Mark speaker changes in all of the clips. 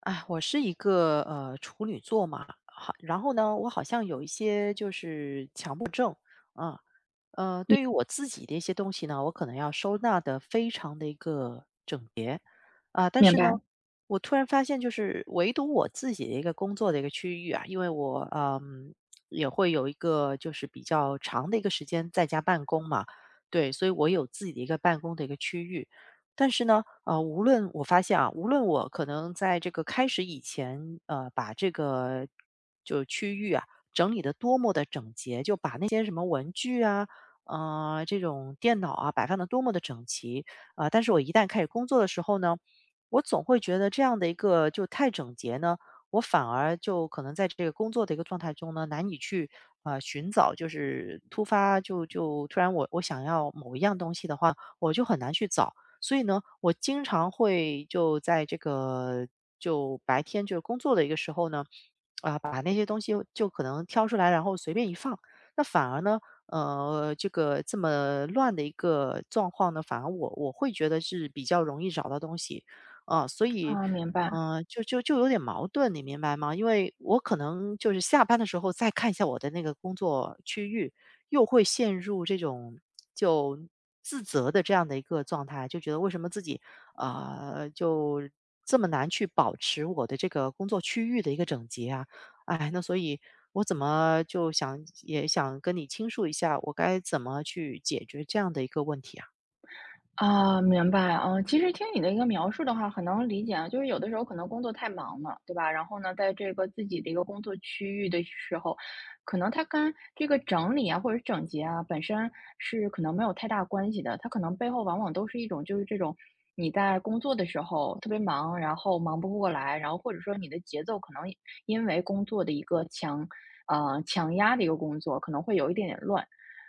Speaker 1: 哎，我是一个处女座嘛，好，然后呢，我好像有一些就是强迫症啊、
Speaker 2: 明
Speaker 1: 对于我自己的一些东西呢，我可能要收纳的非常的一个整洁啊。但
Speaker 2: 明
Speaker 1: 是呢，
Speaker 2: 白，
Speaker 1: 我突然发现，就是唯独我自己的一个工作的一个区域啊，因为我也会有一个就是比较长的一个时间在家办公嘛，对，所以我有自己的一个办公的一个区域。但是呢，无论我发现啊，无论我可能在这个开始以前，把这个区域啊整理的多么的整洁，就把那些什么文具啊。这种电脑啊摆放的多么的整齐。啊，但是我一旦开始工作的时候呢，我总会觉得这样的一个就太整洁呢，我反而就可能在这个工作的一个状态中呢，难以去，啊寻找就是突发就突然我想要某一样东西的话，我就很难去找。所以呢，我经常会就在这个就白天就是工作的一个时候呢，啊，把那些东西就可能挑出来，然后随便一放。那反而呢，这个这么乱的一个状况呢，反而我会觉得是比较容易找到东西。啊，所以，
Speaker 2: 啊，明白，
Speaker 1: 嗯，就有点矛盾，你明白吗？因为我可能就是下班的时候再看一下我的那个工作区域，又会陷入这种就自责的这样的一个状态，就觉得为什么自己啊、就这么难去保持我的这个工作区域的一个整洁啊？哎，那所以我怎么就想也想跟你倾诉一下，我该怎么去解决这样的一个问题啊？
Speaker 2: 啊，明白，啊，其实听你的一个描述的话，很能理解啊，就是有的时候可能工作太忙了，对吧？然后呢，在这个自己的一个工作区域的时候，可能它跟这个整理啊，或者整洁啊，本身是可能没有太大关系的，它可能背后往往都是一种就是这种你在工作的时候特别忙，然后忙不过来，然后或者说你的节奏可能因为工作的一个强，强压的一个工作，可能会有一点点乱。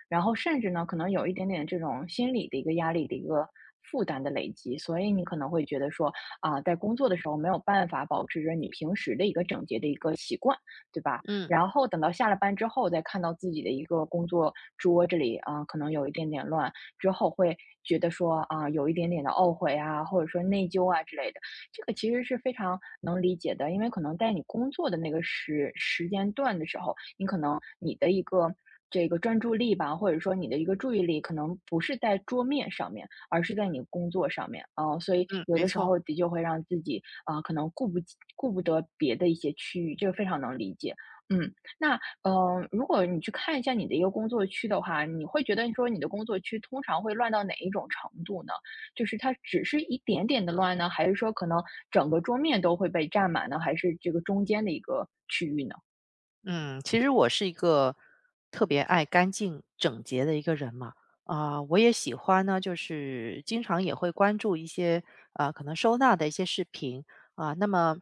Speaker 2: 然后甚至呢，可能有一点点这种心理的一个压力的一个负担的累积，所以你可能会觉得说，啊，在工作的时候没有办法保持着你平时的一个整洁的一个习惯，对吧？
Speaker 1: 嗯
Speaker 2: 然后等到下了班之后，再看到自己的一个工作桌这里啊，可能有一点点乱，之后会觉得说啊，有一点点的懊悔啊，或者说内疚啊之类的。这个其实是非常能理解的，因为可能在你工作的那个时间段的时候，你可能你的一个这个专注力吧，或者说你的一个注意力，可能不是在桌面上面，而是在你工作上面啊、所以
Speaker 1: 嗯，
Speaker 2: 有
Speaker 1: 没
Speaker 2: 的时
Speaker 1: 错。
Speaker 2: 候的确会让自己啊、可能顾不得别的一些区域，这个非常能理解。嗯，那如果你去看一下你的一个工作区的话，你会觉得说你的工作区通常会乱到哪一种程度呢？就是它只是一点点的乱呢，还是说可能整个桌面都会被占满呢？还是这个中间的一个区域呢？
Speaker 1: 嗯，其实我是一个特别爱干净整洁的一个人嘛。啊、我也喜欢呢，就是经常也会关注一些啊、可能收纳的一些视频啊、那么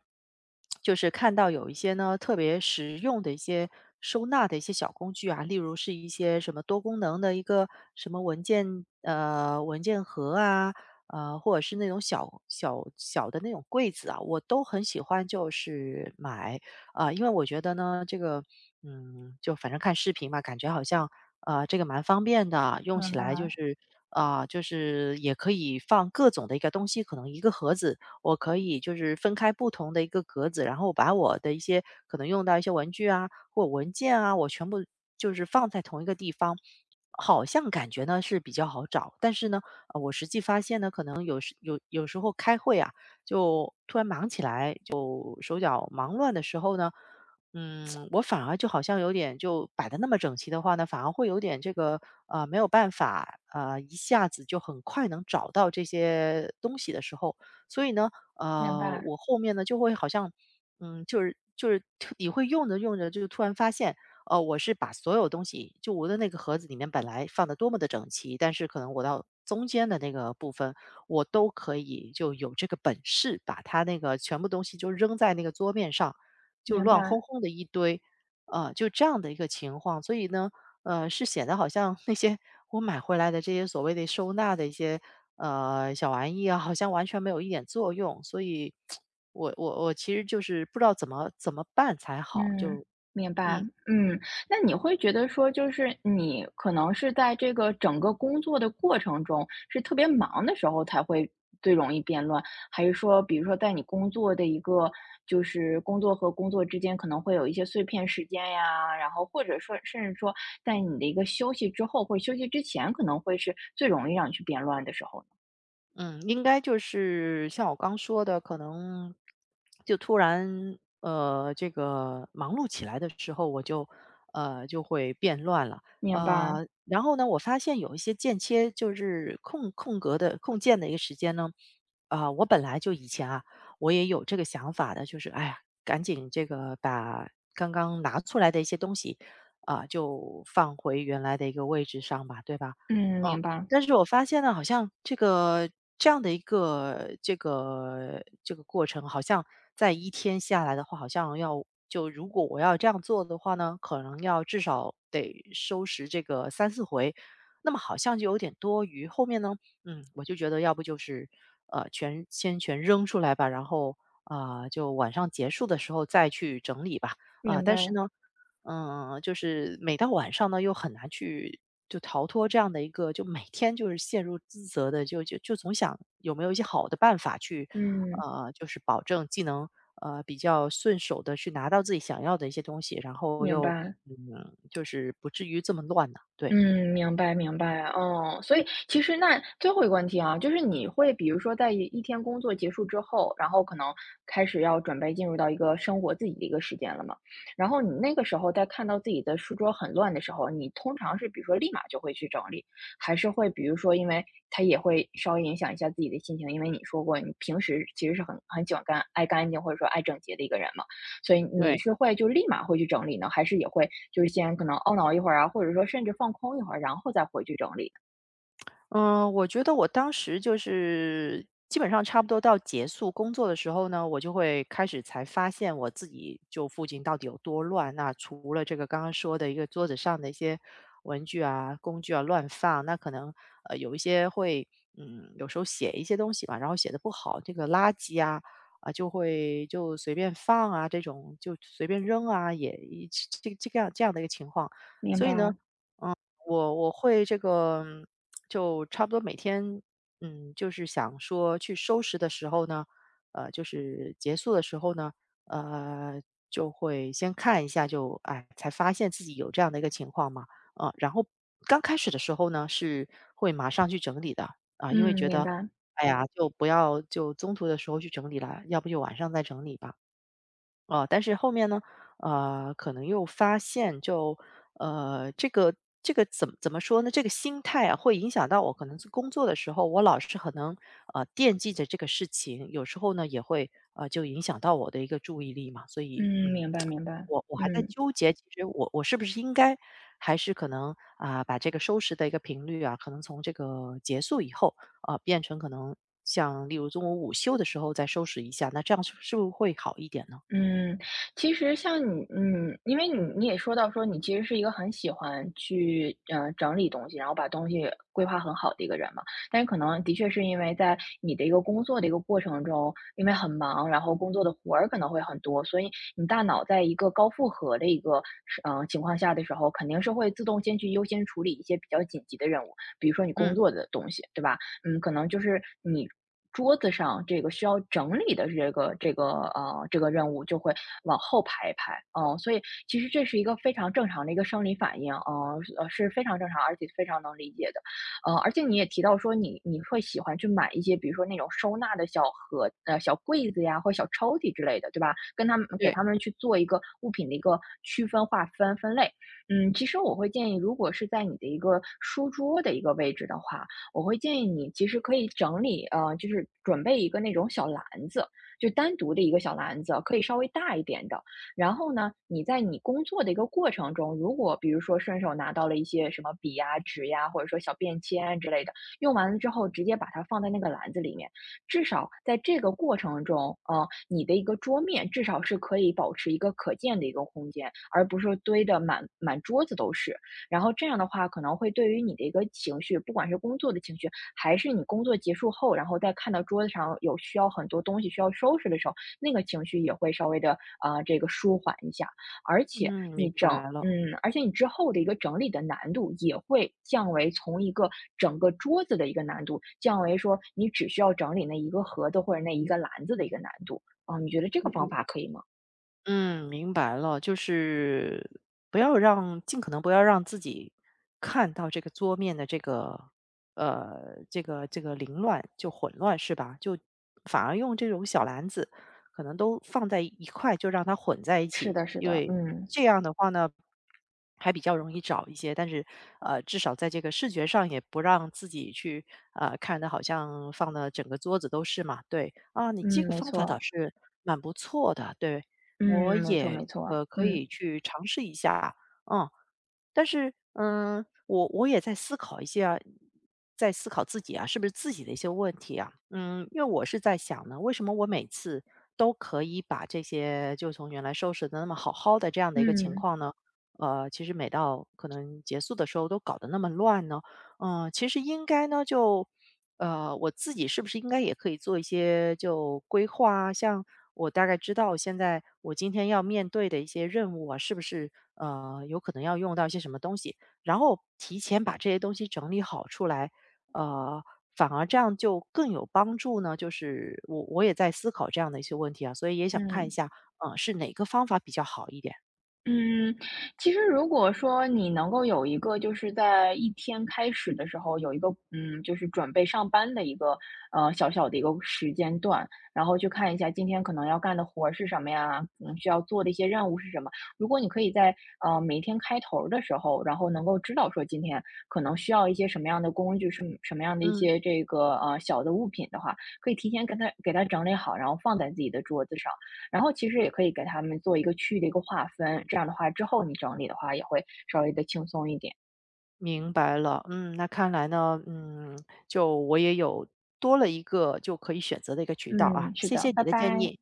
Speaker 1: 就是看到有一些呢特别实用的一些收纳的一些小工具啊，例如是一些什么多功能的一个什么文件文件盒啊，或者是那种小的那种柜子啊，我都很喜欢，就是买。啊，因为我觉得呢，这个，嗯，就反正看视频吧，感觉好像，这个蛮方便的，用起
Speaker 2: 明白，
Speaker 1: 来就是，啊、就是也可以放各种的一个东西，可能一个盒子，我可以就是分开不同的一个格子，然后把我的一些可能用到一些文具啊或文件啊，我全部就是放在同一个地方。好像感觉呢是比较好找，但是呢，我实际发现呢，可能有时有时候开会啊，就突然忙起来。手手脚忙乱的时候呢，嗯，我反而就好像有点就摆的那么整齐的话呢，反而会有点这个没有办法一下子就很快能找到这些东西的时候，所以呢，
Speaker 2: 明白，
Speaker 1: 我后面呢就会好像嗯就是你会用着用着就突然发现。哦，我是把所有东西，就我的那个盒子里面本来放的多么的整齐，但是可能我到中间的那个部分，我都可以就有这个本事，把他那个全部东西就扔在那个桌面上，就
Speaker 2: 明
Speaker 1: 乱哄
Speaker 2: 白。
Speaker 1: 哄的一堆。就这样的一个情况。所以呢，是显得好像那些我买回来的这些所谓的收纳的一些小玩意啊，好像完全没有一点作用。所以我其实就是不知道怎么办才好，
Speaker 2: 嗯，
Speaker 1: 就
Speaker 2: 明白。
Speaker 1: 嗯。
Speaker 2: 嗯，那你会觉得说，就是你可能是在这个整个工作的过程中，是特别忙的时候才会最容易变乱，还是说，比如说在你工作的一个，就是工作和工作之间可能会有一些碎片时间呀，然后或者说，甚至说在你的一个休息之后或者休息之前，可能会是最容易让你去变乱的时候呢？
Speaker 1: 嗯，应该就是像我刚说的，可能就突然这个忙碌起来的时候，我就就会变乱了。
Speaker 2: 明白，
Speaker 1: 然后呢，我发现有一些间歇就是空的空间的一个时间呢，啊、我本来就以前啊，我也有这个想法的，就是哎呀，赶紧这个把刚刚拿出来的一些东西啊、就放回原来的一个位置上吧，对吧？
Speaker 2: 嗯，
Speaker 1: 嗯。
Speaker 2: 明白，
Speaker 1: 但是我发现呢，好像这个这样的一个这个过程，好像在一天下来的话，好像要就如果我要这样做的话呢，可能要至少得收拾这个三四回，那么好像就有点多余。后面呢，嗯，我就觉得要不就是全先全扔出来吧，然后啊、就晚上结束的时候再去整理吧。啊、
Speaker 2: 明
Speaker 1: 但是
Speaker 2: 白，
Speaker 1: 呢，嗯，就是每到晚上呢，又很难去就逃脱这样的一个，就每天就是陷入自责的，就总想有没有一些好的办法去，
Speaker 2: 嗯，
Speaker 1: 就是保证既能比较顺手的去拿到自己想要的一些东西，然后
Speaker 2: 明
Speaker 1: 又
Speaker 2: 白。
Speaker 1: 嗯，就是不至于这么乱呢、对，
Speaker 2: 嗯，明白明白，哦，所以其实那最后一个问题啊，就是你会比如说在一天工作结束之后，然后可能开始要准备进入到一个生活自己的一个时间了嘛，然后你那个时候在看到自己的书桌很乱的时候，你通常是比如说立马就会去整理，还是会比如说因为它也会稍微影响一下自己的心情，因为你说过你平时其实是很喜欢干爱干净或者说爱整洁的一个人嘛。所以你
Speaker 1: 对。
Speaker 2: 是会就立马会去整理呢，还是也会就是先可能懊恼一会儿啊，或者说甚至放空一会儿，然后再回去整理？
Speaker 1: 嗯，我觉得我当时就是基本上差不多到结束工作的时候呢，我就会开始才发现我自己就附近到底有多乱。那除了这个刚刚说的一个桌子上的一些文具啊、工具啊乱放，那可能有一些会嗯有时候写一些东西嘛，然后写的不好，这个垃圾啊啊就会就随便放啊，这种就随便扔啊，也一这这个样这样的一个情况。
Speaker 2: 明
Speaker 1: 所以呢，
Speaker 2: 白，
Speaker 1: 我会这个，就差不多每天，嗯，就是想说去收拾的时候呢，就是结束的时候呢，呃，就会先看一下就，哎，才发现自己有这样的一个情况嘛。然后刚开始的时候呢，是会马上去整理的啊、因为
Speaker 2: 嗯，
Speaker 1: 觉
Speaker 2: 明
Speaker 1: 得，
Speaker 2: 白，
Speaker 1: 哎呀，就不要就中途的时候去整理了，要不就晚上再整理吧。啊，但是后面呢，啊，可能又发现就，这个这个怎么说呢？这个心态啊，会影响到我可能是工作的时候，我老是可能惦记着这个事情，有时候呢也会就影响到我的一个注意力嘛。所以，
Speaker 2: 嗯，
Speaker 1: 嗯，
Speaker 2: 明白明白，
Speaker 1: 我还在
Speaker 2: 嗯。
Speaker 1: 纠结，其实我是不是应该，还是可能啊、把这个收拾的一个频率啊，可能从这个结束以后啊、变成可能像例如中午午休的时候再收拾一下，那这样是不是会好一点呢？
Speaker 2: 嗯，其实像你，嗯，因为你也说到说你其实是一个很喜欢去整理东西，然后把东西规划很好的一个人嘛。但是可能的确是因为在你的一个工作的一个过程中，因为很忙，然后工作的活儿可能会很多，所以你大脑在一个高负荷的一个情况下的时候，肯定是会自动先去优先处理一些比较紧急的任务，比如说你工
Speaker 1: 嗯。
Speaker 2: 作的东西，对吧？嗯，可能就是你桌子上这个需要整理的这个这个任务就会往后排一排，嗯，所以其实这是一个非常正常的一个生理反应，嗯，是非常正常，而且非常能理解的，嗯，而且你也提到说你会喜欢去买一些，比如说那种收纳的小柜子呀，或小抽屉之类的，对吧？跟他们给
Speaker 1: 对，
Speaker 2: 他们去做一个物品的一个区分、划分、分类。嗯，其实我会建议，如果是在你的一个书桌的一个位置的话，我会建议你其实可以整理，呃，就是准备一个那种小篮子，就单独的一个小篮子，可以稍微大一点的。然后呢，你在你工作的一个过程中，如果比如说顺手拿到了一些什么笔呀、纸呀，或者说小便签啊之类的，用完了之后直接把它放在那个篮子里面。至少在这个过程中，呃，你的一个桌面至少是可以保持一个可见的一个空间，而不是说堆的满满桌子都是。然后这样的话，可能会对于你的一个情绪，不管是工作的情绪，还是你工作结束后，然后再看到桌子上有需要很多东西需要收拾的时候，那个情绪也会稍微的这个舒缓一下，而且
Speaker 1: 嗯，明
Speaker 2: 你整。
Speaker 1: 白了。
Speaker 2: 嗯，而且你之后的一个整理的难度也会降为从一个整个桌子的一个难度，降为说你只需要整理那一个盒子或者那一个篮子的一个难度。啊，你觉得这
Speaker 1: 嗯
Speaker 2: 个方
Speaker 1: 嗯，
Speaker 2: 法可以吗？
Speaker 1: 嗯，明白了，就是不要让尽可能不要让自己看到这个桌面的这个这个凌乱就混乱是吧？就反而用这种小篮子，可能都放在一块，就让它混在一
Speaker 2: 是
Speaker 1: 起，
Speaker 2: 的，是
Speaker 1: 因
Speaker 2: 的，
Speaker 1: 为
Speaker 2: 嗯
Speaker 1: 这样的话呢，还比较容易找一些。但是至少在这个视觉上也不让自己去看的好像放的整个桌子都是嘛。对啊，你这
Speaker 2: 嗯，
Speaker 1: 个
Speaker 2: 没
Speaker 1: 方法倒
Speaker 2: 错，
Speaker 1: 是蛮不错的，对。我
Speaker 2: 嗯，没错，
Speaker 1: 也
Speaker 2: 没
Speaker 1: 这
Speaker 2: 错，
Speaker 1: 个可以
Speaker 2: 嗯。
Speaker 1: 去尝试一下。嗯，但是，嗯，我也在思考一下，在思考自己啊，是不是自己的一些问题啊，嗯，因为我是在想呢，为什么我每次都可以把这些就从原来收拾的那么好好的这样的一个情
Speaker 2: 嗯
Speaker 1: 况呢，其实每到可能结束的时候都搞得那么乱呢，嗯，其实应该呢就我自己是不是应该也可以做一些就规划啊？像我大概知道现在我今天要面对的一些任务啊，是不是有可能要用到一些什么东西，然后提前把这些东西整理好出来。呃，反而这样就更有帮助呢？就是我也在思考这样的一些问题啊，所以也想看一
Speaker 2: 嗯
Speaker 1: 下，是哪个方法比较好一点？
Speaker 2: 嗯，其实如果说你能够有一个就是在一天开始的时候有一个嗯，就是准备上班的一个小小的一个时间段，然后去看一下今天可能要干的活儿是什么呀，嗯，需要做的一些任务是什么。如果你可以在每一天开头儿的时候，然后能够知道说今天可能需要一些什么样的工具，是什么样的一
Speaker 1: 嗯。
Speaker 2: 些这个小的物品的话，可以提前给它整理好，然后放在自己的桌子上。然后其实也可以给他们做一个区域的一个划分，这样的话之后你整理的话也会稍微的轻松一点。
Speaker 1: 明白了，嗯，那看来呢，嗯，就我也有多了一个就可以选择的一个渠道啊，
Speaker 2: 嗯，是
Speaker 1: 谢谢
Speaker 2: 的，
Speaker 1: 你
Speaker 2: 拜
Speaker 1: 的建
Speaker 2: 拜。
Speaker 1: 议。